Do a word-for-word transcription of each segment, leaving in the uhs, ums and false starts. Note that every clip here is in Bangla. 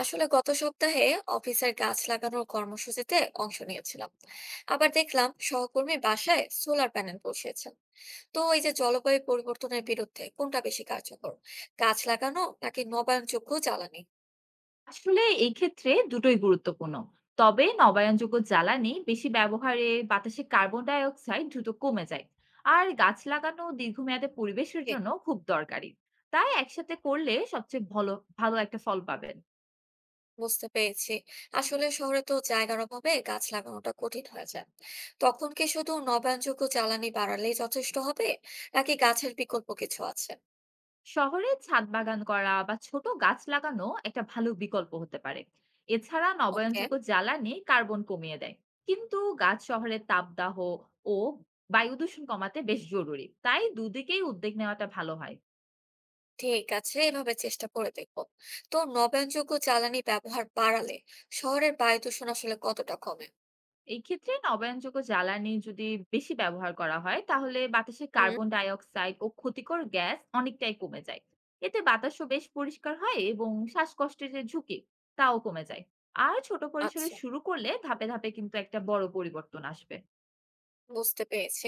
আসলে গত সপ্তাহে অফিসের গাছ লাগানোর কর্মসূচিতে অংশ নিয়েছিলাম। আবার দেখলাম সহকর্মী বাসায় সোলার প্যানেল বসিয়েছেন। তো এই যে জলবায়ু পরিবর্তনের বিরুদ্ধে কোনটা বেশি কার্যকর, গাছ লাগানো নাকি নবায়নযোগ্য জ্বালানি? আসলে এই ক্ষেত্রে দুটোই গুরুত্বপূর্ণ। তবে নবায়নযোগ্য জ্বালানি বেশি ব্যবহারে বাতাসে কার্বন ডাই অক্সাইড দ্রুত কমে যায়। আর গাছ লাগানো দীর্ঘমেয়াদে পরিবেশের জি। জন্য খুব দরকারি। তাই একসাথে করলে সবচেয়ে ভলো ভালো একটা ফল পাবেন। বুঝতে পেরেছি। আসলে শহরে তো জায়গার অভাবে গাছ লাগানোটা কঠিন হয়ে যায়। তখন কি শুধু নবায়নযোগ্য জ্বালানি বাড়ালেই যথেষ্ট হবে, নাকি গাছের বিকল্প কিছু আছে? শহরে ছাদ বাগান করা বা ছোট গাছ লাগানো একটা ভালো বিকল্প হতে পারে। এছাড়া ওকে। নবায়নযোগ্য জ্বালানি কার্বন কমিয়ে দেয়। কিন্তু গাছ শহরের তাপদাহ ও বায়ু দূষণ কমাতে বেশ জরুরি। তাই দুদিকেই উদ্যোগ নেওয়াটা ভালো হয়। ঠিক আছে, এভাবে চেষ্টা করে দেখবো। তো নবায়নযোগ্য জ্বালানি ব্যবহার বাড়ালে শহরের বায়ু দূষণ আসলে কতটা কমে? এই ক্ষেত্রে নবায়নযোগ্য জ্বালানি যদি বেশি ব্যবহার করা হয় তাহলে বাতাসে হুম। কার্বন ডাই অক্সাইড ও ক্ষতিকর গ্যাস অনেকটাই কমে যায়। এতে বাতাসও বেশ পরিষ্কার হয় এবং শ্বাসকষ্টের যে ঝুঁকি তাও কমে যায়। আর ছোট পরিসরে আচ্ছা। শুরু করলে ধাপে ধাপে কিন্তু একটা বড় পরিবর্তন আসবে। বুঝতে পেরেছি।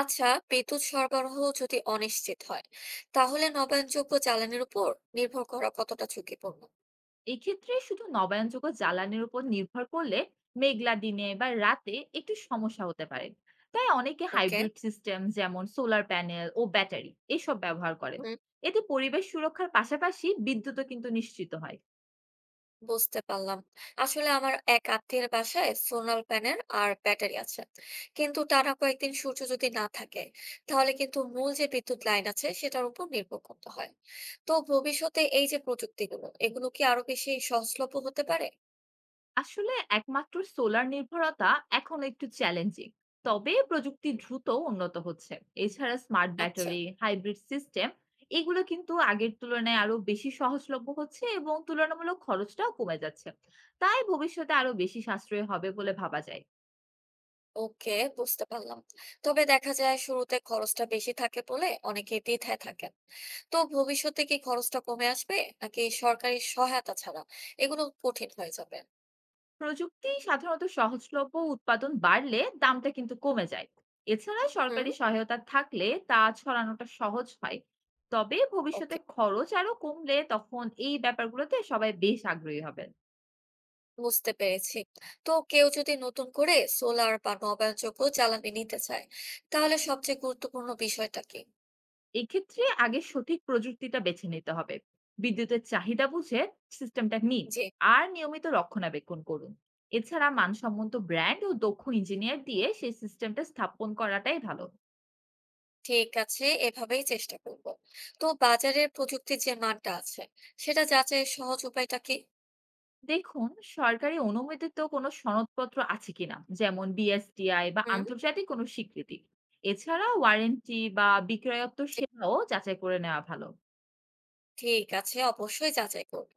আচ্ছা, বিদ্যুৎ সরবরাহ যদি অনিশ্চিত হয়, তাহলে নবায়নযোগ্য জ্বালানির উপর নির্ভর করা কতটা ঝুঁকিপূর্ণ? এক্ষেত্রে শুধু নবায়নযোগ্য জ্বালানির উপর নির্ভর করলে মেঘলা দিনে বা রাতে একটু সমস্যা হতে পারে। তাই অনেকে ওকে। হাইব্রিড সিস্টেম যেমন সোলার প্যানেল ও ব্যাটারি এসব ব্যবহার করেন। এতে পরিবেশ সুরক্ষার পাশাপাশি বিদ্যুৎও কিন্তু নিশ্চিত হয়। বুঝতে পারলাম। আসলে আমার এক আত্মীয়ের বাসায় সোলার প্যানেল আর ব্যাটারি আছে, কিন্তু টানা কয়েকদিন সূর্য যদি না থাকে, তাহলে কিন্তু মূল যে বিদ্যুৎ লাইন আছে সেটার উপর নির্ভর করতে হয়। তো ভবিষ্যতে এই যে প্রযুক্তিগুলো, এগুলো কি আরো বেশি সহজলভ্য হতে পারে? আসলে একমাত্র সোলার নির্ভরতা এখন একটু চ্যালেঞ্জিং, তবে প্রযুক্তি দ্রুত উন্নত হচ্ছে। এছাড়া স্মার্ট আচ্ছা। ব্যাটারি, হাইব্রিড সিস্টেম এগুলো কিন্তু আগের তুলনায় আরো বেশি সহজলভ্য হচ্ছে এবং তুলনামূলক খরচটাও কমে যাচ্ছে। তাই ভবিষ্যতে আরো বেশি সাশ্রয় হবে বলে ভাবা যায়। ওকে। বুঝতে পারলাম। তবে দেখা যায় শুরুতে খরচটা বেশি থাকে বলে অনেকে দ্বিধায় থাকেন। তো ভবিষ্যতে কি খরচটা কমে আসবে, নাকি সরকারি সহায়তা ছাড়া এগুলো কঠিন হয়ে যাবে? প্রযুক্তি সাধারণত সহজলভ্য, উৎপাদন বাড়লে দামটা কিন্তু কমে যায়। এছাড়া হুম। সরকারি সহায়তা থাকলে তা ছড়ানোটা সহজ হয়। তবে ভবিষ্যতে ওকে। খরচ আরো কমলে তখন এই ব্যাপারগুলোতে সবাই বেশ আগ্রহী হবেন। বুঝতে পেরেছি। তো কেউ যদি নতুন করে সোলার বা নবায়নযোগ্য জ্বালানি নিতে চায়, তাহলে সবচেয়ে গুরুত্বপূর্ণ বিষয়টা কি? এক্ষেত্রে আগে সঠিক প্রযুক্তিটা বেছে নিতে হবে, বিদ্যুতের চাহিদা বুঝে সিস্টেমটা নিন। যে। আর নিয়মিত রক্ষণাবেক্ষণ করুন। এছাড়া মানসম্মত ব্র্যান্ড ও দক্ষ ইঞ্জিনিয়ার দিয়ে সেই সিস্টেমটা স্থাপন করাটাই ভালো। ঠিক আছে, এভাবেই চেষ্টা করব। তো বাজারের প্রযুক্তির যে মানটা আছে, সেটা যাচাইয়ের সহজ উপায়টা কি? দেখুন, সরকারি অনুমোদিত কোনো সনদপত্র আছে কিনা, যেমন বিএসটিআই বা হুম। আন্তর্জাতিক কোনো স্বীকৃতি। এছাড়া ওয়ারেন্টি বা বিক্রয়োত্ত যে। সেবাও যাচাই করে নেওয়া ভালো। ঠিক আছে, অবশ্যই যাচাই করব।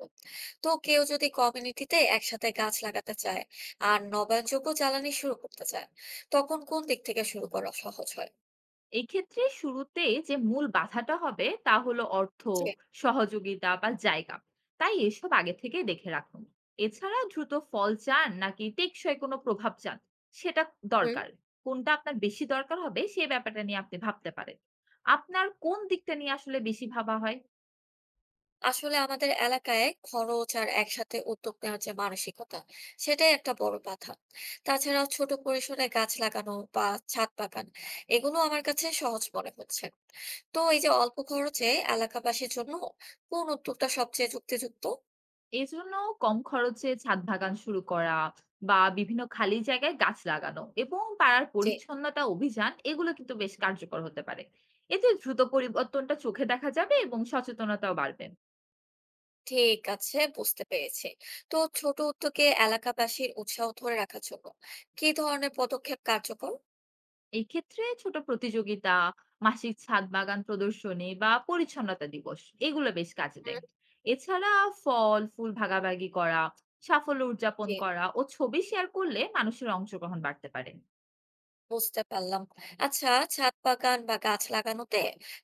তো কেউ যদি কমিউনিটিতে একসাথে গাছ লাগাতে চায়, আর নবায়নযোগ্য জ্বালানি শুরু করতে চায়, তখন কোন দিক থেকে শুরু করা সহজ হয়? এই ক্ষেত্রে শুরুতে যে মূল বাধাটা হবে তা হলো অর্থ, যে। সহযোগিতা বা জায়গা। তাই এসব আগে থেকে দেখে রাখুন। এছাড়া দ্রুত ফল চান নাকি টেকসই কোনো প্রভাব চান সেটা হুম। দরকার। কোনটা আপনার বেশি দরকার হবে সেই ব্যাপারটা নিয়ে আপনি ভাবতে পারেন। আপনার কোন দিকটা নিয়ে আসলে বেশি ভাবা হয়? আসলে আমাদের এলাকায় খরচ আর একসাথে উদ্যোগ নেওয়ার যে মানসিকতা, সেটাই একটা বড় বাধা। তাছাড়া ছোট পরিসরে গাছ লাগানো বা ছাদ বাগান, এগুলো আমার কাছে সহজ মনে হচ্ছে। তো এই যে অল্প খরচে এলাকাবাসীর জন্য কোন উদ্যোগটা সবচেয়ে যুক্তিযুক্ত? এজন্য কম খরচে ছাদ বাগান শুরু করা বা বিভিন্ন খালি জায়গায় গাছ লাগানো এবং পাড়ার যে। পরিচ্ছন্নতা অভিযান এগুলো কিন্তু বেশ কার্যকর হতে পারে। এতে দ্রুত পরিবর্তনটা চোখে দেখা যাবে এবং সচেতনতাও বাড়বে। ঠিক আছে, বুঝতে পেরেছি। তো ছোট উদ্যোগে এলাকাবাসীর উৎসাহ ধরে রাখার জন্য কি ধরনের পদক্ষেপ কার্যকর? এই ক্ষেত্রে ছোট প্রতিযোগিতা, মাসিক ছাদ বাগান প্রদর্শনী বা পরিচ্ছন্নতা দিবস এগুলো বেশ কাজে দেয়। হুম। এছাড়া ফল ফুল ভাগাভাগি করা, সাফল্য উদযাপন জি। করা ও ছবি শেয়ার করলে মানুষের অংশগ্রহণ বাড়তে পারে। বুঝতে পারলাম। আচ্ছা, ছাদ বাগান বা গাছ লাগানোতে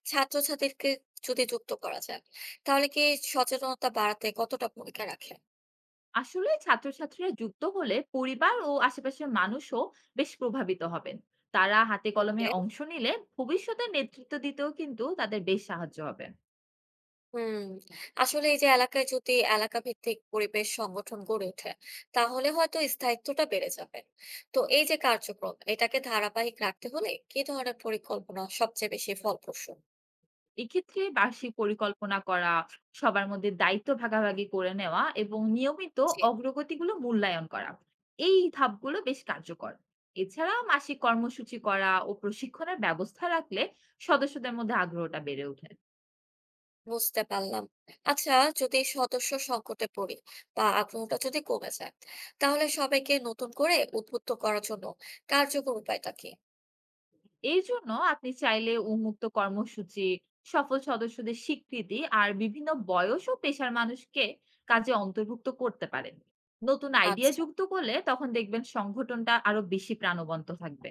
ছাত্রছাত্রীকে যদি যুক্ত করা যায়, তাহলে কি সচেতনতা বাড়াতে কতটা ভূমিকা রাখে? আসলে ছাত্রছাত্রীরা যুক্ত হলে পরিবার ও আশেপাশের মানুষও বেশ প্রভাবিত হবেন। তারা হাতে কলমে ওকে। অংশ নিলে ভবিষ্যতে নেতৃত্ব দিতেও কিন্তু তাদের বেশ সাহায্য হবে। হুম। আসলে এই যে এলাকায় যদি এলাকা ভিত্তিক পরিবেশ সংগঠন গড়ে ওঠে, তাহলে হয়তো স্থায়িত্বটা বেড়ে যাবে। তো এই যে কার্যক্রম, এটাকে ধারাবাহিক রাখতে হলে কি ধরনের পরিকল্পনা সবচেয়ে বেশি ফলপ্রসূ? এক্ষেত্রে বার্ষিক পরিকল্পনা করা, সবার মধ্যে দায়িত্ব ভাগাভাগি করে নেওয়া এবং নিয়মিত জি। অগ্রগতিগুলো মূল্যায়ন করা, এই ধাপগুলো বেশ কার্যকর। এছাড়া মাসিক কর্মসূচি করা ও প্রশিক্ষণের ব্যবস্থা রাখলে সদস্যদের মধ্যে আগ্রহটা বেড়ে ওঠে। বুঝতে পারলাম। আচ্ছা, যদি সদস্য সংকটে পড়ে বা আগ্রহটা যদি কমে যায়, তাহলে সবাইকে নতুন করে উদ্বুদ্ধ করার জন্য কার্যকর উপায়টা কি? এই জন্য আপনি চাইলে উন্মুক্ত কর্মসূচি, সফল সদস্যদের স্বীকৃতি আর বিভিন্ন বয়স ও পেশার মানুষকে কাজে অন্তর্ভুক্ত করতে পারেন। নতুন আইডিয়া আচ্ছা। যুক্ত করলে তখন দেখবেন সংগঠনটা আরো বেশি প্রাণবন্ত থাকবে।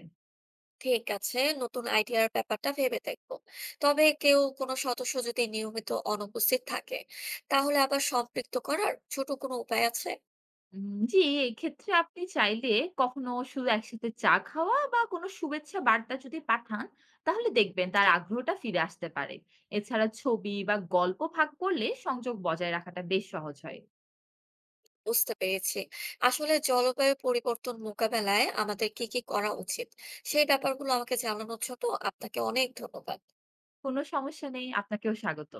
ঠিক আছে, নতুন আইডিয়ার ব্যাপারটা ভেবে দেখবো। তবে কেউ কোনো সদস্য যদি নিয়মিত অনুপস্থিত থাকে, তাহলে আবার সম্পৃক্ত করার ছোট কোনো উপায় আছে? উম, জি, এক্ষেত্রে আপনি চাইলে কখনো শুধু একসাথে চা খাওয়া বা কোনো শুভেচ্ছা বার্তা যদি পাঠান, তাহলে দেখবেন তার জি। আগ্রহটা ফিরে আসতে পারে। এছাড়া ছবি বা গল্প ভাগ করলে সংযোগ বজায় রাখাটা বেশ সহজ হয়। বুঝতে পেরেছি। আসলে জলবায়ু পরিবর্তন মোকাবেলায় আমাদের কি কি করা উচিত, সেই ব্যাপারগুলো আমাকে জানানোর জন্য আপনাকে অনেক ধন্যবাদ। কোনো সমস্যা নেই, আপনাকেও স্বাগত।